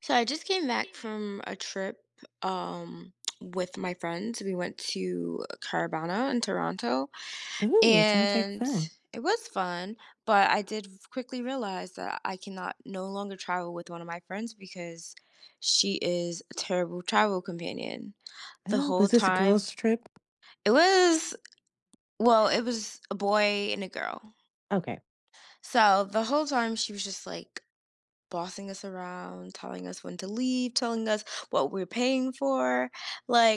So I just came back from a trip um with my friends. We went to Carabana in Toronto Ooh, sounds like and fun. it was fun, but I did quickly realize that I cannot no longer travel with one of my friends because she is a terrible travel companion the Oh, whole was this a time. girls' trip? It was well, it was a boy and a girl. Okay. So the whole time she was just like bossing us around, telling us when to leave, telling us what we're paying for.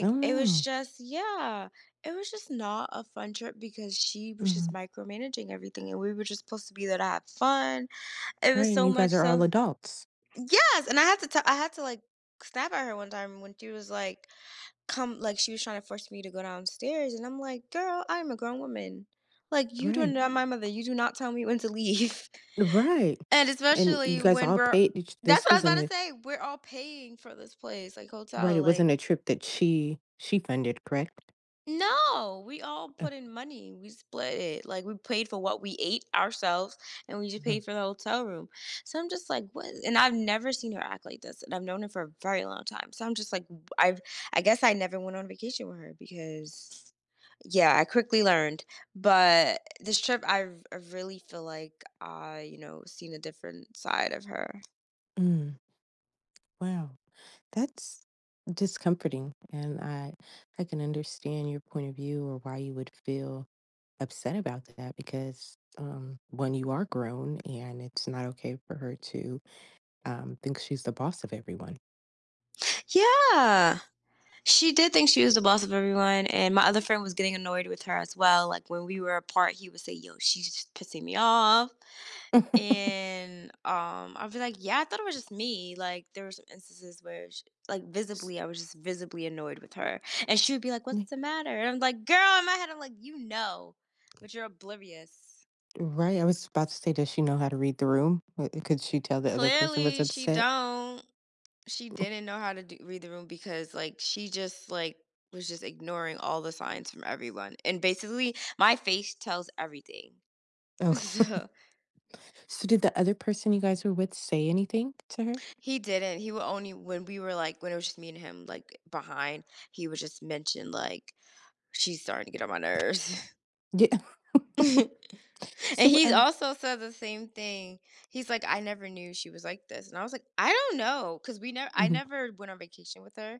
Oh it was no. just, yeah, it was just not a fun trip because she was just Mhm. micromanaging everything and we were just supposed to be there to have fun. It was Right, and so you guys much are all so, adults. yes. And I had to like snap at her one time when she was like, come, like, she was trying to force me to go downstairs. And I'm like, girl, I'm a grown woman. Like, you do Right. not, my mother, you do not tell me when to leave. Right. And And you especially guys when all we're paid. That's This what I was wasn't about a. to say, we're all paying for this place, like, Right. hotel, It wasn't a trip that she funded, correct? no, we all Oh, put in money, we split it, like, we paid for what we ate ourselves, and we just mhm. paid for the hotel room, so I'm just like, "What?" And I've never seen her act like this, and I've known her for a very long time, so I'm just like, i I've I guess I never went on vacation with her because yeah, I quickly learned, but this trip, I really feel like I seen a different side of her. Mm, wow, that's discomforting, and I can understand your point of view, or why you would feel upset about that, because one, you are grown, and it's not okay for her to thinks she's the boss of everyone. Yeah. She did think she was the boss of everyone, and my other friend was getting annoyed with her as well. Like when we were apart, he would say, "Yo, she's just pissing me off," and I'd be like, "Yeah, I thought it was just me." Like there were some instances where, sh like S- visibly, I was just visibly annoyed with her, and she would be like, y- "What's the matter?" And I'm like, "Girl," in my head, I'm like, "You know, but you're oblivious." Right. I was about to say, does she know how to read the room? Could she tell the other person was Clearly, she upset? don't. She didn't know how to read the room because like she just like was just ignoring all the signs from everyone and basically my face tells everything Oh, so so did the other person you guys were with say anything to her? he didn't he would only when we were like when it was just me and him like behind he would just mention like she's starting to get on my nerves Yeah. and So, he also said the same thing. He's like, I never knew she was like this, and I was like, I don't know, because we never I mhm, never went on vacation with her.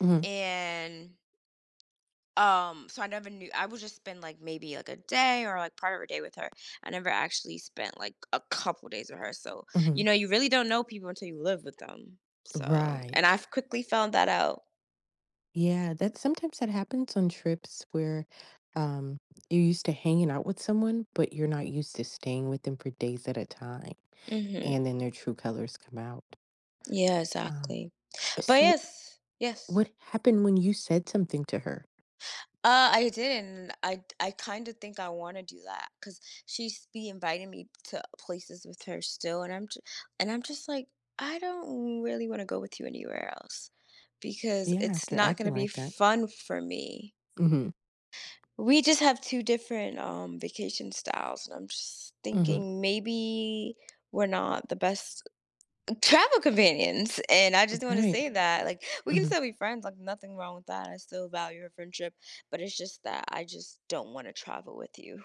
mhm, And so I never knew. I would just spend, like, maybe, like, a day or, like, part of a day with her. I never actually spent, like, a couple days with her, so, mhm. you know, you really don't know people until you live with them, so and Right. I've quickly found that out. Yeah, that sometimes that happens on trips where um, you're used to hanging out with someone, but you're not used to staying with them for days at a time, Mhm. and then their true colors come out. Yeah, Um, exactly. But so, yes, yes. what happened when you said something to her? I didn't. I kind of think I want to do that because she's be inviting me to places with her still, and I'm just like, I don't really want to go with you anywhere else because Yeah, it's after not acting gonna be like that. fun for me. Mm-hmm. We just have two different vacation styles, and I'm just Mm-hmm. thinking maybe we're not the best travel companions, and I just wanna Right. say that, like, we can Mm-hmm. still be friends, like, nothing wrong with that, I still value our friendship, but it's just that I just don't wanna travel with you.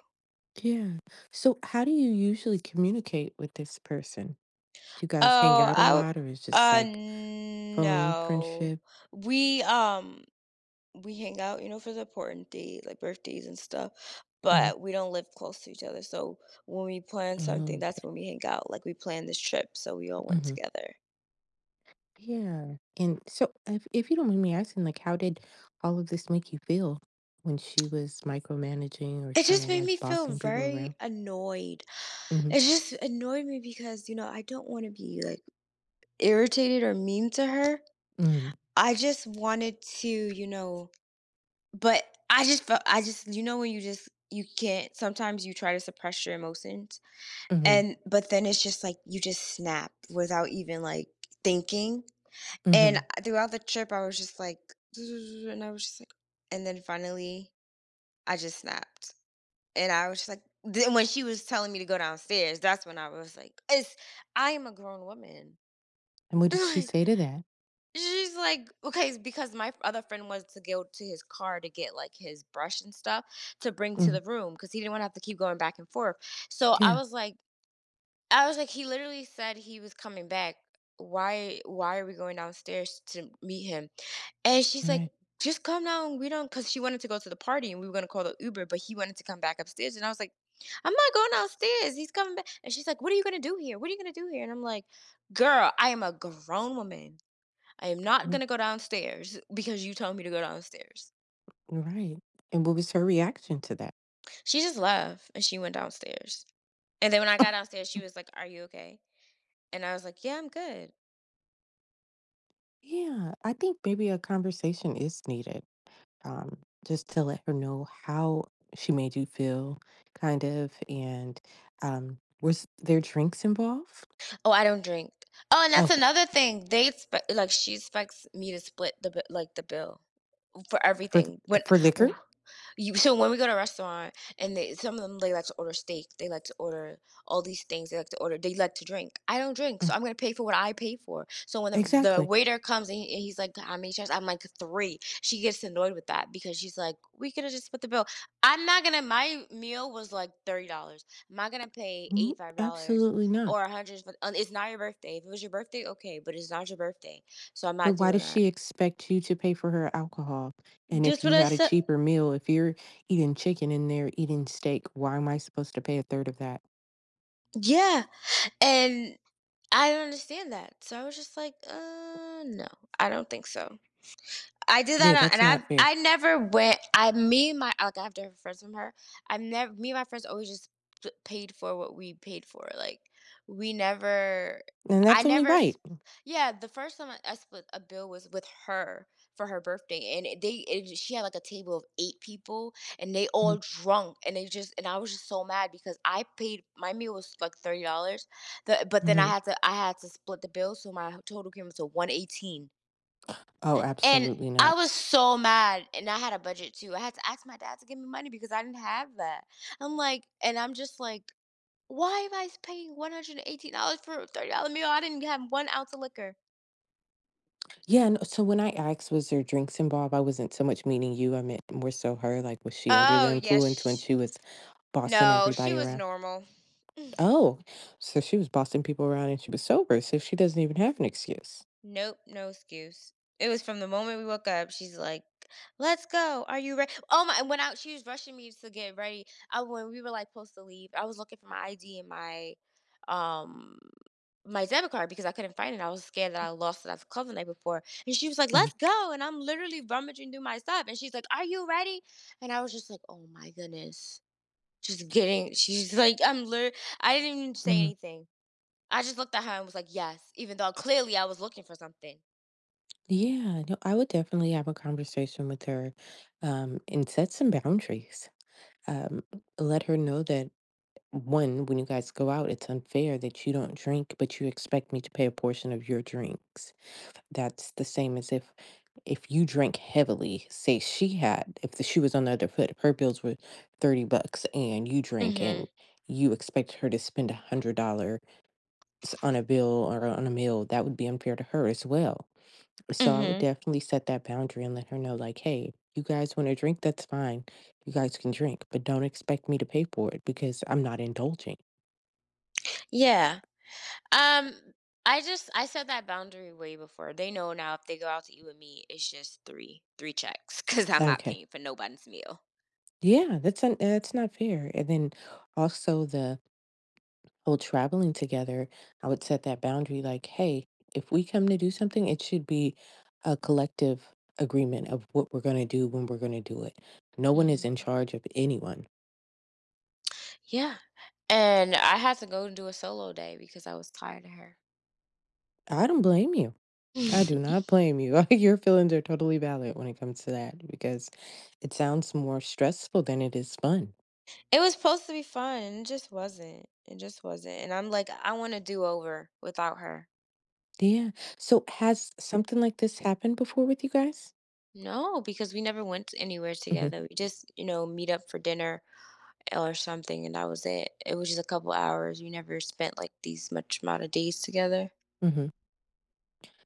Yeah. So, how do you usually communicate with this person? Do you guys hang Oh, out a I w lot, or is just like phone no. friendship? We, um, we hang out, for the important day like birthdays and stuff, Mm-hmm. but we don't live close to each other, so when we plan something, Oh, that's when we hang out, like, we planned this trip, so we all went okay. together. Yeah, and so if you don't mind me asking, like, how did all of this make you feel when she was micromanaging or It kind just of made like me feel bossing people very around? annoyed. Mhm, It just annoyed me because I don't want to be like irritated or mean to her. mhm, I just wanted to, you know, but I just felt, I just, you know, when you just, you can't, sometimes you try to suppress your emotions. mhm, But then it's just like you just snap without even like thinking. And mhm, throughout the trip, I was just like, and I was just like, and then finally I just snapped. And I was just like, then when she was telling me to go downstairs, that's when I was like, it's I am a grown woman. and what did she say to that? She's like, okay, it's because my other friend was to go to his car to get like his brush and stuff to bring to Mhm, the room because he didn't want to have to keep going back and forth. So I yeah, was like, I was like, he literally said he was coming back. Why are we going downstairs to meet him? And she's like, right, just come down. We don't, because she wanted to go to the party and we were going to call the Uber, but he wanted to come back upstairs. And I was like, I'm not going downstairs. He's coming back. And she's like, what are you going to do here? What are you going to do here? And I'm like, girl, I am a grown woman. I am not ri gonna go downstairs because you told me to go downstairs. right, and what was her reaction to that? She just left and she went downstairs. And then when I got downstairs, she was like, are you okay? And I was like, yeah, I'm good. Yeah, I think maybe a conversation is needed, um, just to let her know how she made you feel, kind of, and, was there drinks involved? Oh, I don't drink. Oh, and that's Okay. another thing. They expect like she expects me to split like the bill. For For th- everything. When for liquor? you so when we go to a restaurant and they some of them, they like to order steak, they like to order all these things, they like to drink. I don't drink, Mm, so I'm gonna pay for what I pay for. So when the exactly. waiter comes and he's like, "How many chairs?" I'm like, "3." She gets annoyed with that because she's like, "We could have just put the bill." I'm not gonna My meal was like $30. I'm not gonna pay Mhm, $85 absolutely not. or 100. It's not your birthday. If it was your birthday, okay, but it's not your birthday, so I'm But not why doing does that. she expect you to pay for her alcohol? And if Just what you I had a said. cheaper meal, if you're eating chicken and they're eating steak, why am I supposed to pay a third of that? Yeah. And I don't understand that. So I was just like, no. I don't think so." I do Yeah, that, on, that's and not I fair. I never went. I me and my like I have different friends from her. I've never Me and my friends always just paid for what we paid for. Like we never, And I that's only never. Right. Yeah, the first time I split a bill was with her for her birthday, and she had like a table of eight people, and they Mhm, all drunk, and they just and I was just so mad because I paid my meal was like $30, the but then I mhm. had to I had to split the bill, so my total came to 118 Oh, and absolutely I not. was so mad. And I had a budget too. I had to ask my dad to give me money because I didn't have that. I'm just like, why am I paying $118 for a $30 meal? I didn't have one ounce of liquor. Yeah, no, so when I asked, was there drinks involved? I wasn't so much meaning you. I meant more so her. Like, was she under the Oh, influence when yes. she was bossing No, she everybody was around? normal. Oh, so she was bossing people around and she was sober, so she doesn't even have an excuse. Nope, no excuse. It was from the moment we woke up. She's like, "Let's go. Are you ready?" Oh my! When out, she was rushing me to get ready. When we were like supposed to leave, I was looking for my ID and um my debit card because I couldn't find it. I was scared that I lost it at the club the night before. And she was like, Mm, "Let's go!" And I'm literally rummaging through my stuff, and she's like, "Are you ready?" And I was just like, "Oh my goodness!" Just getting. She's like, "I'm literally." I didn't even say mm. anything. I just looked at her and was like, "Yes," even though clearly I was looking for something. Yeah, no, I would definitely have a conversation with her, and set some boundaries. Um, Let her know that one, when you guys go out, it's unfair that you don't drink, but you expect me to pay a portion of your drinks. That's the same as if you drank heavily, say she had, if the shoe was on the other foot, if her bills were 30 bucks and you drink and Mhm. you expect her to spend a $100 on a bill or on a meal, that would be unfair to her as well. So I would Mhm. definitely set that boundary and let her know, like, hey, you guys want to drink? That's fine. You guys can drink, but don't expect me to pay for it because I'm not indulging. Yeah. Um I set that boundary way before. They know now if they go out to eat with me, it's just three checks cuz I'm not Okay. paying for nobody's meal. Yeah, that's that's not fair. And then also the whole traveling together, I would set that boundary like, hey, if we come to do something, it should be a collective agreement of what we're going to do when we're going to do it. No one is in Mhm. charge of anyone. Yeah. And I had to go and do a solo day because I was tired of her. I don't blame you. I do not blame you. Your feelings are totally valid when it comes to that, because it sounds more stressful than it is fun. It was supposed to be fun, and it just wasn't. It just wasn't. And I'm like, I want to do over without her. Yeah. So, has something like this happened before with you guys? No, because we never went anywhere Hmm. together. We just, meet up for dinner or something, and that was it. It was just a couple hours. We never spent like these much amount of days together. Hmm.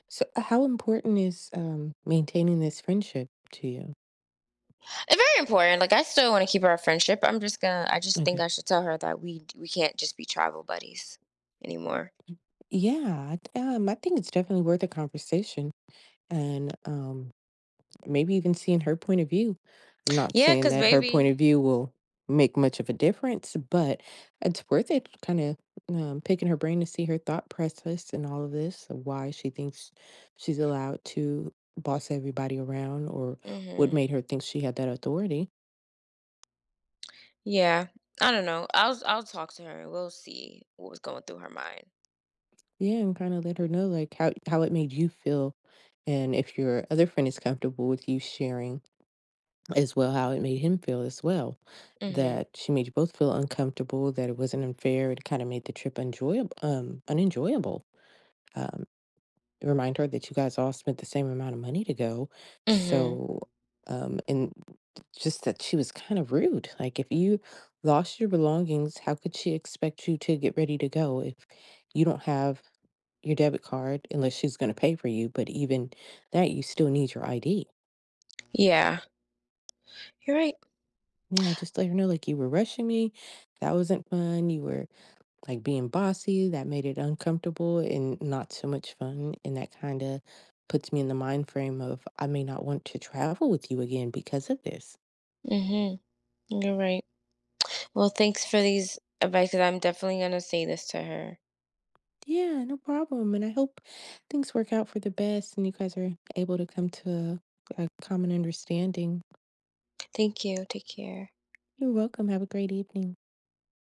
So, how important is maintaining this friendship to you? It's very important. Like I still want to keep our friendship. I'm just gonna. I just think Okay. I should tell her that we can't just be travel buddies anymore. Yeah, I think it's definitely worth a conversation. And, maybe even seeing her point of view. I'm not Yeah, saying cause that her point of baby. view will make much of a difference, but it's worth it, kind of, picking her brain to see her thought process and all of this, of why she thinks she's allowed to boss everybody around, or what Hmm. made her think she had that authority. Yeah. I don't know. I'll talk to her. We'll see what was going through her mind. Yeah, and kind of let her know like how it made you feel, and if your other friend is comfortable with you sharing as well how it made him feel as well, Hmm. that she made you both feel uncomfortable, that it wasn't unfair, it kind of made the trip enjoyable, unenjoyable. um Remind her that you guys all spent the same amount of money to go, Hmm. so, and just that she was kind of rude, like if you lost your belongings, how could she expect you to get ready to go if you don't have your debit card, unless she's going to pay for you. But even that, you still need your ID. Yeah. You're right. Yeah, just let her know, like, you were rushing me. That wasn't fun. You were like being bossy. That made it uncomfortable and not so much fun. And that kind of puts me in the mind frame of I may not want to travel with you again because of this. Hmm. You're right. Well, thanks for these advice. 'Cause I'm definitely gonna say this to her. Yeah, no problem. And I hope things work out for the best and you guys are able to come to a common understanding. Thank you. Take care. You're welcome. Have a great evening.